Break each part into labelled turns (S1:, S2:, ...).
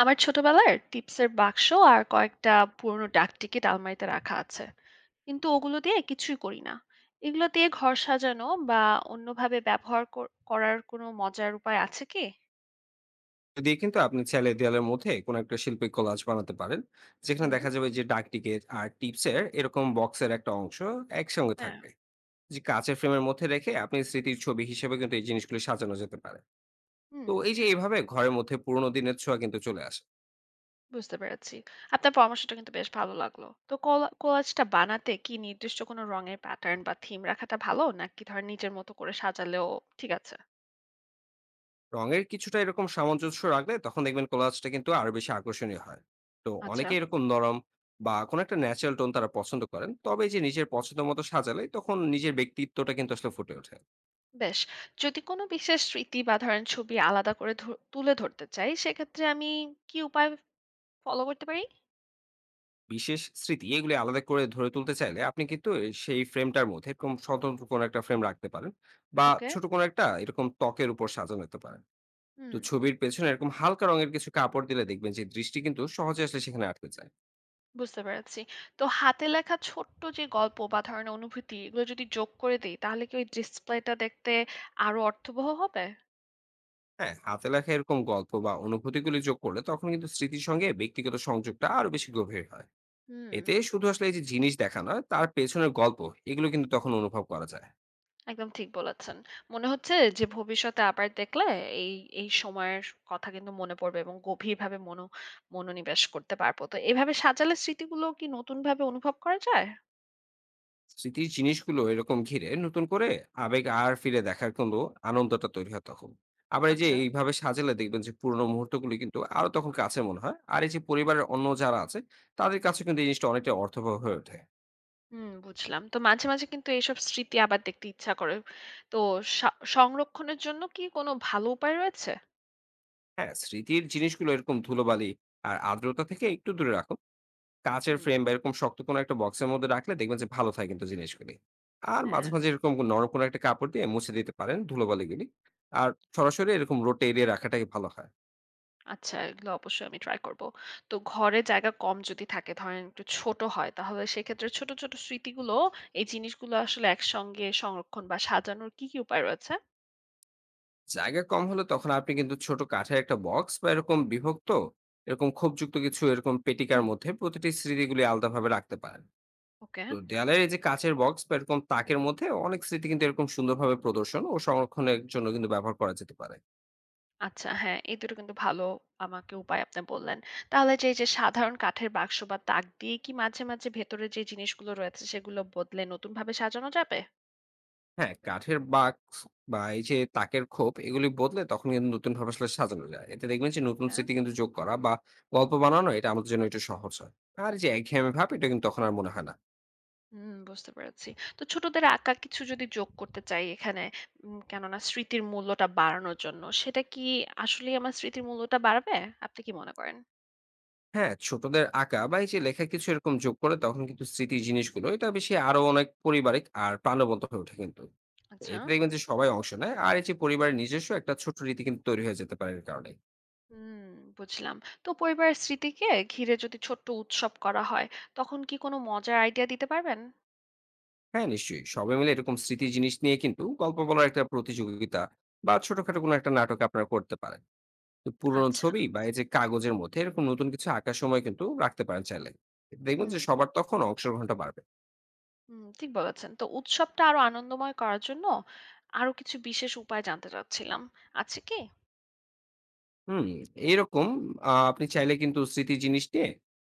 S1: আমার ছোটবেলার টিপসের বাক্স আর কয়েকটা পুরনো ডাকটিকিট আলমারিতে রাখা আছে, কিন্তু ওগুলো দিয়ে কিছুই করি না। এগুলো দিয়ে ঘর সাজানো বা অন্যভাবে ব্যবহার করার কোনো মজার উপায় আছে কি?
S2: দিয়ে কিন্তু আপনি চাইলে দেয়ালের মধ্যে কোনো একটা শিল্পী কোলাজ বানাতে পারেন যেখানে
S1: হুম।
S2: দেখা যাবে যে ডাক টিকিট আর টিপসের এরকম বক্সের একটা অংশ একসঙ্গে
S1: হ্যাঁ।
S2: থাকবে যে কাঁচের ফ্রেমের মধ্যে রেখে আপনি স্মৃতির ছবি হিসেবে কিন্তু এই জিনিসগুলো সাজানো যেতে পারে।
S1: হুম।
S2: তো এই যে এইভাবে ঘরের মধ্যে পুরোনো দিনের ছোঁয়া কিন্তু চলে আসে।
S1: বুঝতে পেরেছি। আপনার পরামর্শটা কিন্তু বেশ ভালো লাগলো। তো কোলাজটা বানাতে কি নির্দিষ্ট কোনো রঙের প্যাটার্ন বা থিম রাখাটা ভালো, নাকি ধর নিজের মতো করে সাজালেও? ঠিক আছে।
S2: রঙের কিছুটা এরকম সামঞ্জস্য রাখলে তখন দেখবেন কোলাজটা কিন্তু আরো বেশি আকর্ষণীয় হয়। তো
S1: আচ্ছা।
S2: অনেকে এরকম নরম বা কোনো একটা ন্যাচারাল টোন তারা পছন্দ করেন, তবে এই যে নিজের পছন্দ মতো সাজালে তখন নিজের ব্যক্তিত্বটা কিন্তু আসলে ফুটে ওঠে।
S1: বেশ। যদি কোনো বিশেষ স্মৃতি বা ধরেন ছবি আলাদা করে তুলে ধরতে চাই, সেক্ষেত্রে আমি কি উপায় ফলো করতে পারি?
S2: বিশেষ স্মৃতি এগুলি আলাদা করে ধরে তুলতে চাইলে আপনি কিন্তু সেই ফ্রেমটার মধ্যে এরকম স্বতন্ত্র কোনো একটা ফ্রেম রাখতে পারেন, বা
S1: ওকে।
S2: ছোট কোনো একটা এরকম ত্বকের উপর সাজানো যেতে পারেন।
S1: হুম।
S2: তো ছবির পেছনে এরকম হালকা রঙের কিছু কাপড় দিলে দেখবেন যে দৃষ্টি কিন্তু সহজে আসলে সেখানে আটকে যায়।
S1: বুঝতে পেরেছি। তো হাতে লেখা ছোট্ট যে গল্প বা ধরেন অনুভূতি এগুলো যদি যোগ করে দিই, তাহলে কি ওই ডিসপ্লেটা দেখতে আরো অর্থবহ হবে?
S2: হ্যাঁ, হাতে লেখা এরকম গল্প বা অনুভূতিগুলি যোগ করলে তখন কিন্তু স্মৃতির সঙ্গে ব্যক্তিগত সংযোগটা আরো বেশি গভীর হয়।
S1: হুম।
S2: এতে শুধু আসলে এই যে জিনিস দেখা নয়, তার পেছনের গল্প এগুলো কিন্তু তখন অনুভব করা যায়।
S1: একদম ঠিক বলেছেন। মনে হচ্ছে যে ভবিষ্যতে আবার দেখলে এই এই সময়ের কথা কিন্তু মনে পড়বে এবং গভীরভাবে মনোনিবেশ করতে পারবো। তো এভাবে সাজালে স্মৃতিগুলো কি নতুন ভাবে অনুভব করা যায়?
S2: স্মৃতির জিনিসগুলো এরকম ঘিরে নতুন করে আবেগ আর ফিরে দেখার কিন্তু আনন্দটা তৈরি হয় তখন। আবার এই যে
S1: আচ্ছা।
S2: এইভাবে সাজালে দেখবেন যে পুরোনো মুহূর্তগুলি কিন্তু আরো তখন কাছে মনে হয়, আর এই যে পরিবারের অন্য যারা আছে তাদের কাছে কিন্তু এই জিনিসটা অনেকটা অর্থবহ হয়ে ওঠে।
S1: হুম, বুঝলাম। তো মাঝে, মাঝে কিন্তু এইসব স্মৃতি আবার দেখতে ইচ্ছা করে। তো সা সংরক্ষণের জন্য কি কোনো ভালো উপায় রয়েছে?
S2: হ্যাঁ, স্মৃতির জিনিসগুলো এরকম ধুলোবালি আর আর্দ্রতা থেকে একটু দূরে রাখুন। কাঁচের
S1: হুম।
S2: ফ্রেম বা এরকম শক্ত কোনো একটা বক্সের মধ্যে রাখলে দেখবেন যে ভালো থাকে কিন্তু জিনিসগুলি। আর
S1: হ্যাঁ,
S2: মাঝে মাঝে এরকম নরম কোনো একটা কাপড় দিয়ে মুছে দিতে পারেন ধুলোবালিগুলি। আর সরাসরি এরকম রোটে এড়িয়ে রাখাটাই ভালো হয়।
S1: আচ্ছা, এগুলো অবশ্যই আমি ট্রাই করব। তো ঘরে জায়গা কম যদি থাকে, ধরেন একটু ছোট হয়, তাহলে সেক্ষেত্রে ছোট, ছোট স্মৃতিগুলো, এই জিনিসগুলো আসলে একসঙ্গে সংরক্ষণ বা সাজানোর কি, কি উপায় রয়েছে?
S2: জায়গা কম হলে তখন আপনি কিন্তু ছোট কাঠের একটা বক্স বা এরকম বিভক্ত এরকম ক্ষোভযুক্ত কিছু এরকম পেটিকার
S1: হুম।
S2: মধ্যে প্রতিটি স্মৃতিগুলি আলাদাভাবে রাখতে পারেন।
S1: ওকে।
S2: তো দেয়ালের এই যে কাচের বক্স বা এরকম তাকের মধ্যে অনেক স্মৃতি কিন্তু এরকম সুন্দরভাবে প্রদর্শন ও সংরক্ষণের জন্য কিন্তু ব্যবহার করা যেতে পারে।
S1: আচ্ছা হ্যাঁ, এই দুটো কিন্তু ভালো আমাকে উপায় আপনি বললেন। তাহলে যে এই যে সাধারণ কাঠের বাক্স বা তাক দিয়ে কি মাঝে, মাঝে ভেতরে যে জিনিসগুলো রয়েছে সেগুলো বদলে নতুনভাবে সাজানো যাবে?
S2: হ্যাঁ, কাঠের বাক্স বা এই যে তাকের খোপ এগুলি বদলে তখন কিন্তু নতুন ভাবে আসলে সাজানো যায়। এতে দেখবেন যে নতুন
S1: ওকে।
S2: স্মৃতি কিন্তু যোগ করা বা গল্প বানানো এটা আমাদের জন্য একটু সহজ হয়, আর এই যে একঘেয়েমি ভাব এটা কিন্তু তখন আর মনে হয় না।
S1: হুম, বুঝতে পেরেছি। তো ছোটদের আঁকা কিছু যদি যোগ করতে চাই এখানে, কেননা স্মৃতির মূল্যটা বাড়ানোর জন্য, সেটা কি আসলেই আমার স্মৃতির মূল্যটা বাড়াবে? আপনি কি মনে করেন?
S2: হ্যাঁ, ছোটদের আঁকা বা এই যে লেখা কিছু এরকম যোগ করে তখন কিন্তু স্মৃতির জিনিসগুলো এটা বেশি আরো অনেক পারিবারিক আর প্রাণবন্ত হয়ে ওঠে কিন্তু। তো
S1: আচ্ছা।
S2: এতে দেখবেন যে সবাই অংশ নেয়, আর এই যে পরিবারের নিজস্ব একটা ছোট্ট রীতি কিন্তু তৈরি হয়ে যেতে পারে এর কারণে।
S1: হুম, বুঝলাম। তো পরিবারের স্মৃতিকে ঘিরে যদি ছোট্ট উৎসব করা হয়, তখন কি কোনো মজার আইডিয়া দিতে পারবেন?
S2: হ্যাঁ, নিশ্চয়ই। সবাই মিলে এরকম স্মৃতির জিনিস নিয়ে কিন্তু গল্প বলার একটা প্রতিযোগিতা বা ছোটখাটো কোনো একটা নাটক আপনারা করতে পারেন। তো পুরোনো
S1: আচ্ছা।
S2: ছবি বা এই যে কাগজের মধ্যে এরকম নতুন কিছু আঁকার সময় কিন্তু রাখতে পারেন চাইলে। এতে দেখবেন যে
S1: হুম।
S2: সবার তখন অংশগ্রহণটা বাড়বে।
S1: হুম, ঠিক বলেছেন। তো উৎসবটা আরো আনন্দময় করার জন্য আরো কিছু বিশেষ উপায় জানতে চাচ্ছিলাম। আছে কি?
S2: হুম, এরকম আপনি চাইলে কিন্তু স্মৃতি জিনিস নিয়ে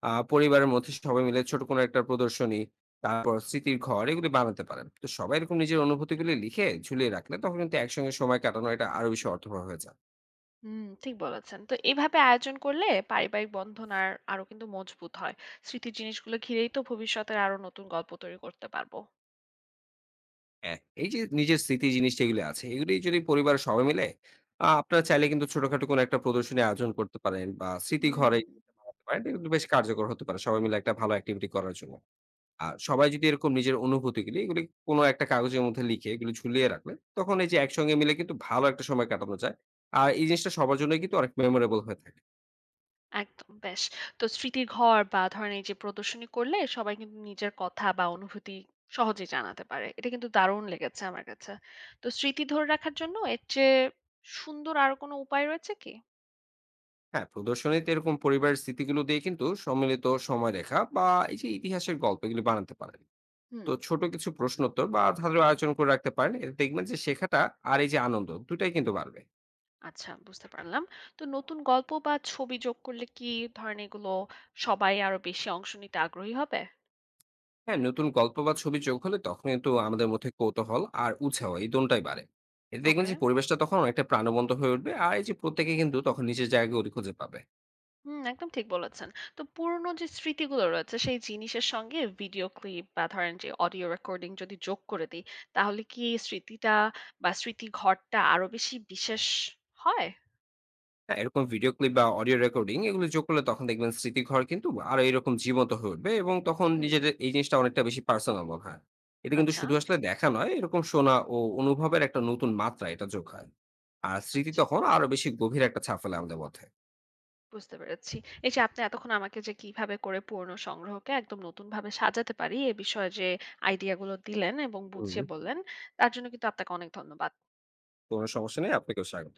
S2: পরিবারের মধ্যে সবাই মিলে ছোট কোনো একটা প্রদর্শনী, তারপর স্মৃতির ঘর এগুলি বানাতে পারেন। তো সবাই এরকম নিজের
S1: আচ্ছা।
S2: অনুভূতিগুলি লিখে ঝুলিয়ে রাখলে তখন কিন্তু একসঙ্গে সময় কাটানো এটা আরো বেশি অর্থবহ হয়ে যায়।
S1: হুম, ঠিক বলেছেন। তো এভাবে আয়োজন করলে পারিবারিক বন্ধন আর আরো কিন্তু মজবুত হয়। স্মৃতির জিনিসগুলো ঘিরেই তো ভবিষ্যতের আরো নতুন গল্প তৈরি করতে পারবো।
S2: হ্যাঁ, এই যে নিজের স্মৃতি জিনিস যেগুলি আছে এগুলি যদি পরিবারের সবাই মিলে আপনারা চাইলে কিন্তু ছোটখাটো কোনো একটা প্রদর্শনী আয়োজন করতে পারেন বা স্মৃতি
S1: হুম।
S2: ঘরে বানাতে পারেন। এটা কিন্তু বেশ কার্যকর হতে পারে সবাই মিলে একটা ভালো অ্যাক্টিভিটি করার জন্য। সবাই যদি এরকম নিজের অনুভূতিগুলি এগুলি কোনো একটা কাগজের মধ্যে লিখে এগুলো ঝুলিয়ে রাখলে, তখন এই যে একসঙ্গে মিলে কিন্তু ভালো একটা সময় কাটানো যায়। আর এই জিনিসটা সবার জন্যই কিন্তু অনেক মেমোরেবল হয়ে থাকে।
S1: একদম বেশ। তো স্মৃতির ঘর বা ধরেন এই যে প্রদর্শনী করলে সবাই কিন্তু নিজের কথা বা অনুভূতি সহজেই জানাতে পারে। এটা কিন্তু দারুণ লেগেছে আমার কাছে। তো স্মৃতি ধরে রাখার জন্য এর চেয়ে সুন্দর আর কোনো উপায় রয়েছে কি?
S2: হ্যাঁ, প্রদর্শনীতে এরকম পরিবারের স্মৃতিগুলো দিয়ে কিন্তু সম্মিলিত সময় লেখা বা এই যে ইতিহাসের গল্প এগুলি বানাতে পারেন।
S1: হুম।
S2: তো ছোট কিছু প্রশ্নোত্তর বা ধাঁধা আয়োজন করে রাখতে পারেন। এতে দেখবেন যে শেখাটা আর এই যে আনন্দ দুটোই টাই কিন্তু বাড়বে।
S1: আচ্ছা, বুঝতে পারলাম। তো নতুন গল্প বা ছবি যোগ করলে কি ধরেন এগুলো সবাই আরো বেশি অংশ নিতে আগ্রহী হবে?
S2: হ্যাঁ, নতুন গল্প বা ছবি চোখ হলে তখন কিন্তু আমাদের মধ্যে কৌতূহল আর উৎসাহ এই দোনটাই বাড়ে। এতে দেখবেন
S1: ওকে।
S2: যে পরিবেশটা তখন অনেকটা প্রাণবন্ত হয়ে উঠবে, আর এই যে প্রত্যেকে কিন্তু তখন নিজের জায়গাগুলি খুঁজে পাবে।
S1: হুম, একদম ঠিক বলেছেন। তো পুরনো যে স্মৃতিগুলো রয়েছে সেই জিনিসের সঙ্গে ভিডিও ক্লিপ বা ধরেন যে অডিও রেকর্ডিং যদি যোগ করে দিই, তাহলে কি স্মৃতিটা বা স্মৃতিঘরটা আরো বেশি বিশেষ হয়?
S2: হ্যাঁ, এরকম ভিডিও ক্লিপ বা অডিও রেকর্ডিং এগুলো যোগ করলে তখন দেখবেন স্মৃতিঘর কিন্তু আরো এরকম জীবন্ত হয়ে উঠবে, এবং তখন
S1: হুম,
S2: নিজের এই জিনিসটা অনেকটা বেশি পার্সোনাল মনে হয়। এটা কিন্তু
S1: আচ্ছা,
S2: শুধু আসলে দেখা নয়, এরকম শোনা ও অনুভবের একটা নতুন মাত্রা এটা যোগ হয়। আর স্মৃতি
S1: আচ্ছা।
S2: তখন আরো বেশি গভীর একটা ছাপ ফেলে আমাদের মধ্যে।
S1: বুঝতে পেরেছি। এই যে আপনি এতক্ষণ আমাকে যে কিভাবে করে পুরনো সংগ্রহকে একদম নতুনভাবে সাজাতে পারি, এ বিষয়ে যে আইডিয়া গুলো দিলেন এবং
S2: হুম।
S1: বুঝিয়ে বললেন, তার জন্য কিন্তু আপনাকে অনেক ধন্যবাদ।
S2: কোনো সমস্যা নেই, আপনাকেও স্বাগত।